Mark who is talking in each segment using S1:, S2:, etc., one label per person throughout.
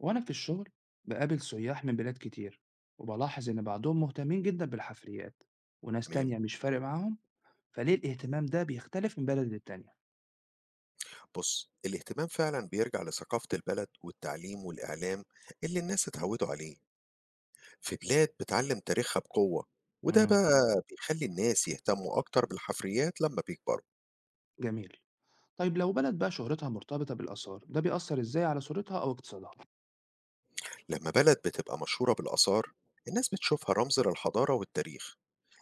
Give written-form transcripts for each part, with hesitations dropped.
S1: وأنا في الشغل بقابل سياح من بلاد كتير، وبلاحظ إن بعضهم مهتمين جدا بالحفريات، وناس
S2: تمام.
S1: تانية مش فارق معاهم. فليه الاهتمام ده بيختلف من بلد للتانية؟
S2: بص، الاهتمام فعلا بيرجع لثقافة البلد والتعليم والإعلام اللي الناس اتعودوا عليه. في بلاد بتعلم تاريخها بقوة، وده
S1: امم.
S2: بقى بيخلي الناس يهتموا أكتر بالحفريات لما بيكبروا.
S1: جميل. طيب لو بلد بقى شهرتها مرتبطة بالآثار ده بيأثر إزاي على صورتها أو اقتصادها؟
S2: لما بلد بتبقى مشهورة بالآثار، الناس بتشوفها رمز للحضارة والتاريخ.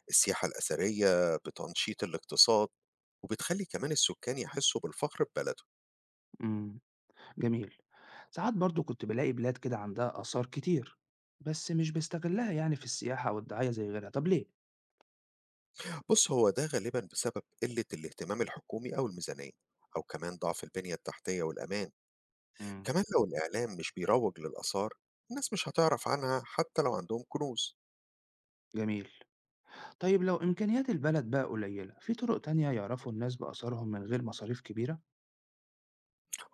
S2: السياحة الأثرية بتنشيط الاقتصاد، وبتخلي كمان السكان يحسوا بالفخر ببلده.
S1: امم. جميل. ساعات برضو كنت بلاقي بلاد كده عندها آثار كتير، بس مش بيستغلها يعني في السياحة أو الدعاية زي غيرها. طب ليه؟
S2: بص، هو ده غالبا بسبب قلة الاهتمام الحكومي أو الميزانية، أو كمان ضعف البنية التحتية والأمان.
S1: امم.
S2: كمان لو الإعلام مش بيروج للآثار، الناس مش هتعرف عنها حتى لو عندهم كنوز.
S1: جميل. طيب لو إمكانيات البلد بقى قليلة، في طرق تانية يعرفوا الناس بآثارهم من غير مصاريف كبيرة؟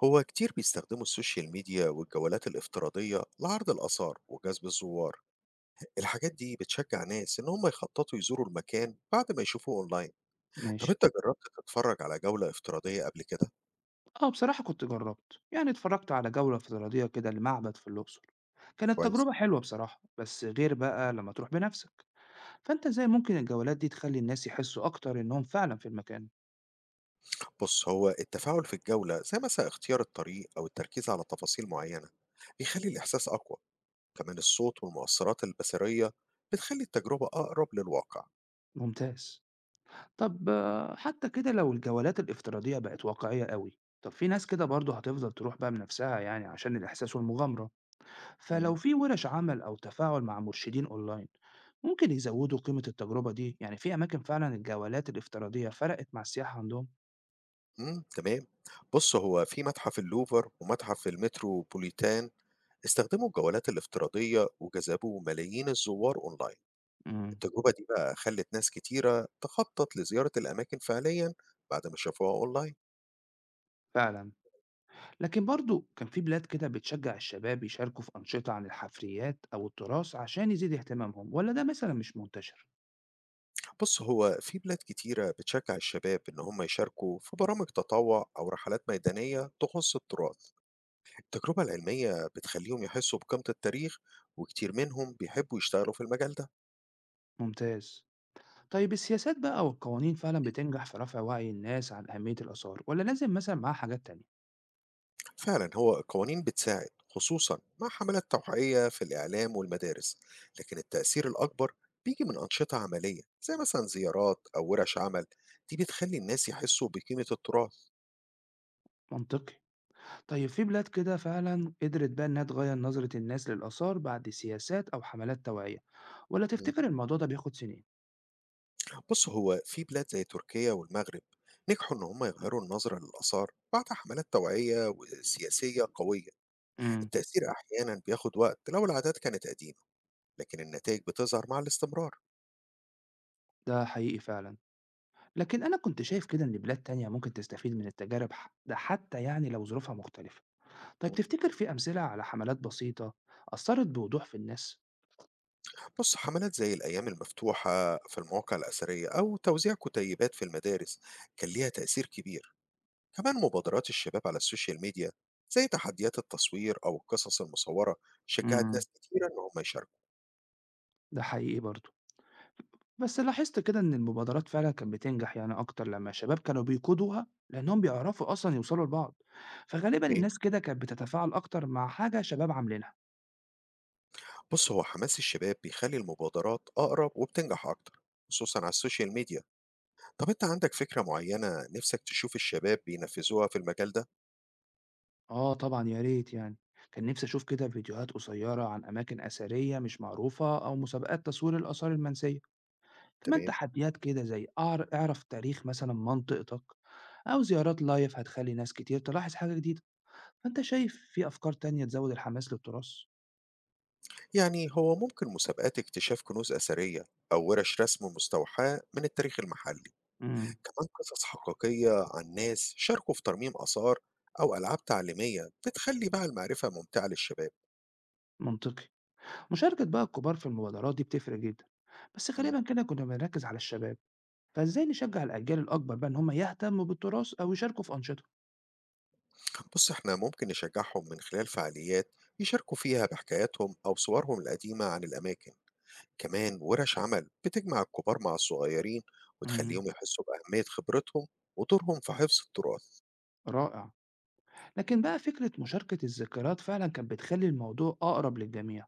S2: هو كتير بيستخدموا السوشيال ميديا والجولات الافتراضية لعرض الآثار وجذب الزوار. الحاجات دي بتشجع ناس إن هم يخططوا يزوروا المكان بعد ما يشوفوه أونلاين. طب
S1: ماشي.
S2: أنت جربت تتفرج على جولة افتراضية قبل كده؟
S1: اه بصراحة كنت جربت، يعني اتفرجت على جولة افتراضية كده لمعبد في الأقصر. كانت
S2: كويس.
S1: تجربة حلوة بصراحة، بس غير بقى لما تروح بنفسك. فأنت ازاي ممكن الجولات دي تخلي الناس يحسوا أكتر إنهم فعلا في المكان؟
S2: بص، هو التفاعل في الجولة، زي مثلا اختيار الطريق أو التركيز على تفاصيل معينة، بيخلي الإحساس أقوى. كمان الصوت والمؤثرات البصرية بتخلي التجربة أقرب للواقع.
S1: ممتاز. طب آه، حتى كده لو الجولات الافتراضية بقت واقعية قوي، طب في ناس كده برضه هتفضل تروح بقى بنفسها يعني عشان الإحساس والمغامرة. فلو في ورش عمل أو تفاعل مع مرشدين أونلاين ممكن يزودوا قيمة التجربة دي. يعني في أماكن فعلا الجولات الافتراضية فرقت مع السياحة عندهم؟
S2: تمام. بُص، هو في متحف اللوفر ومتحف المتروبوليتان استخدموا الجولات الافتراضية وجذبوا ملايين الزوار أونلاين.
S1: امم.
S2: التجربة دي بقى خلّت ناس كتيرة تخطط لزيارة الأماكن فعليًا بعد ما شافوها أونلاين.
S1: فعلا. لكن برضو كان في بلاد كده بتشجع الشباب يشاركوا في أنشطة عن الحفريات أو التراث عشان يزيد اهتمامهم، ولا ده مثلا مش منتشر؟
S2: بُص، هو في بلاد كتيرة بتشجّع الشباب إن هم يشاركوا في برامج تطوع أو رحلات ميدانية تخُص التراث. التجربة العلمية بتخلّيهم يحسّوا بقيمة التاريخ، وكتير منهم بيحبّوا يشتغلوا في المجال ده.
S1: ممتاز. طيب السياسات بقى والقوانين فعلا بتنجح في رفع وعي الناس عن أهمية الآثار، ولا لازم مثلا معاها حاجات تانية؟
S2: فعلا، هو القوانين بتساعد، خصوصا مع حملات توعية في الإعلام والمدارس. لكن التأثير الأكبر بيجي من أنشطة عملية زي مثلا زيارات أو ورش عمل. دي بتخلي الناس يحسوا بقيمة التراث.
S1: منطقي. طيب في بلاد كده فعلا قدرت بقى إنها تغير نظرة الناس للآثار بعد سياسات أو حملات توعية؟ ولا
S2: مم.
S1: تفتكر الموضوع ده بياخد سنين؟
S2: بص، هو في بلاد زي تركيا والمغرب نجحوا إن هم يغيروا النظرة للآثار بعد حملات توعية وسياسية قوية.
S1: امم.
S2: التأثير أحيانا بياخد وقت لو العادات كانت قديمة، لكن النتائج بتظهر مع الاستمرار.
S1: ده حقيقي فعلا. لكن أنا كنت شايف كده إن بلاد تانية ممكن تستفيد من التجارب، ده حتى يعني لو ظروفها مختلفة. طيب
S2: مم.
S1: تفتكر في أمثلة على حملات بسيطة أثرت بوضوح في الناس؟
S2: بص، حملات زي الأيام المفتوحة في المواقع الأثرية أو توزيع كتيبات في المدارس كان ليها تأثير كبير. كمان مبادرات الشباب على السوشيال ميديا، زي تحديات التصوير أو القصص المصورة، شجعت
S1: امم.
S2: ناس كتيرة إن هم يشاركوا.
S1: ده حقيقي برضه. بس لاحظت كده إن المبادرات فعلا كانت بتنجح يعني أكتر لما الشباب كانوا بيقودوها، لأنهم بيعرفوا أصلا يوصلوا لبعض. فغالبا
S2: أوكي؟
S1: الناس كده كانت بتتفاعل أكتر مع حاجة شباب عاملينها.
S2: بص، هو حماس الشباب بيخلي المبادرات أقرب وبتنجح أكتر، خصوصا على السوشيال ميديا. طب أنت عندك فكرة معينة نفسك تشوف الشباب بينفذوها في المجال ده؟
S1: آه طبعا، يا ريت يعني. كان نفسي أشوف كده فيديوهات قصيرة عن أماكن أثرية مش معروفة، أو مسابقات تصوير الآثار المنسية. كمان
S2: تمام.
S1: تحديات كده زي أعرف تاريخ مثلا منطقتك، أو زيارات لايف هتخلي ناس كتير تلاحظ حاجة جديدة. فأنت شايف في أفكار تانية تزود الحماس للتراث؟
S2: يعني هو ممكن مسابقات اكتشاف كنوز أثرية، أو ورش رسم مستوحاة من التاريخ المحلي.
S1: امم.
S2: كمان قصص حقيقية عن ناس شاركوا في ترميم آثار، أو ألعاب تعليمية بتخلي بقى المعرفة ممتعة للشباب.
S1: منطقي. مشاركة بقى الكبار في المبادرات دي بتفرق جدا، بس
S2: مم.
S1: غالبا كده كنا بنركز على الشباب. فازاي نشجع الأجيال الأكبر بقى إن هم يهتموا بالتراث أو يشاركوا في أنشطة؟
S2: بص، احنا ممكن نشجعهم من خلال فعاليات يشاركوا فيها بحكاياتهم أو صورهم القديمة عن الأماكن. كمان ورش عمل بتجمع الكبار مع الصغيرين،
S1: امم.
S2: وتخليهم يحسوا بأهمية خبرتهم ودورهم في حفظ التراث.
S1: رائع. لكن بقى فكرة مشاركة الذكريات فعلا كانت بتخلي الموضوع أقرب للجميع.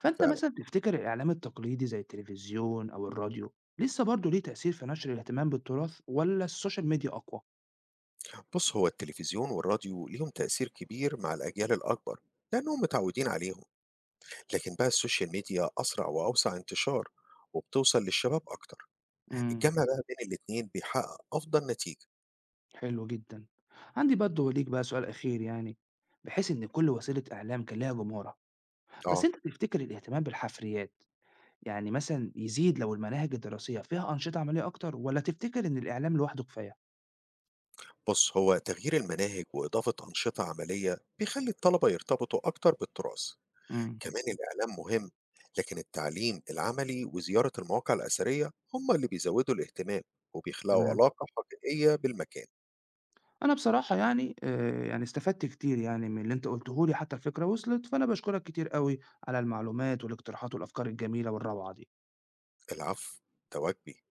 S1: فأنت
S2: فعلا.
S1: مثلا تفتكر الإعلام التقليدي زي التلفزيون أو الراديو لسه برضه ليه تأثير في نشر الاهتمام بالتراث، ولا السوشيال ميديا أقوى؟
S2: بص، هو التلفزيون والراديو ليهم تأثير كبير مع الأجيال الأكبر، لأنهم متعودين عليهم. لكن بقى السوشيال ميديا أسرع وأوسع انتشار، وبتوصل للشباب أكتر.
S1: امم.
S2: الجمع بقى بين الاتنين بيحقق أفضل نتيجة.
S1: حلو جدا. عندي برضه ليك بقى سؤال أخير يعني، بحيث إن كل وسيلة إعلام كان لها جمهورها. بس
S2: آه.
S1: أنت تفتكر الاهتمام بالحفريات يعني مثلًا يزيد لو المناهج الدراسية فيها أنشطة عملية أكتر، والّا تفتكر إن الإعلام لوحده كفاية؟
S2: بص، هو تغيير المناهج وإضافة أنشطة عملية بيخلي الطلبة يرتبطوا أكتر بالتراث.
S1: إمم،
S2: كمان الإعلام مهم، لكن التعليم العملي وزيارة المواقع الأثرية هم اللي بيزودوا الاهتمام، وبيخلقوا
S1: تمام.
S2: علاقة حقيقية بالمكان.
S1: أنا بصراحة يعني يعني استفدت كتير يعني من اللي أنت قُلته لي، حتى الفكرة وصلت، فأنا باشكرك كتير أوي على المعلومات والاقتراحات والأفكار الجميلة والروعة دي.
S2: العفو. تواجبي.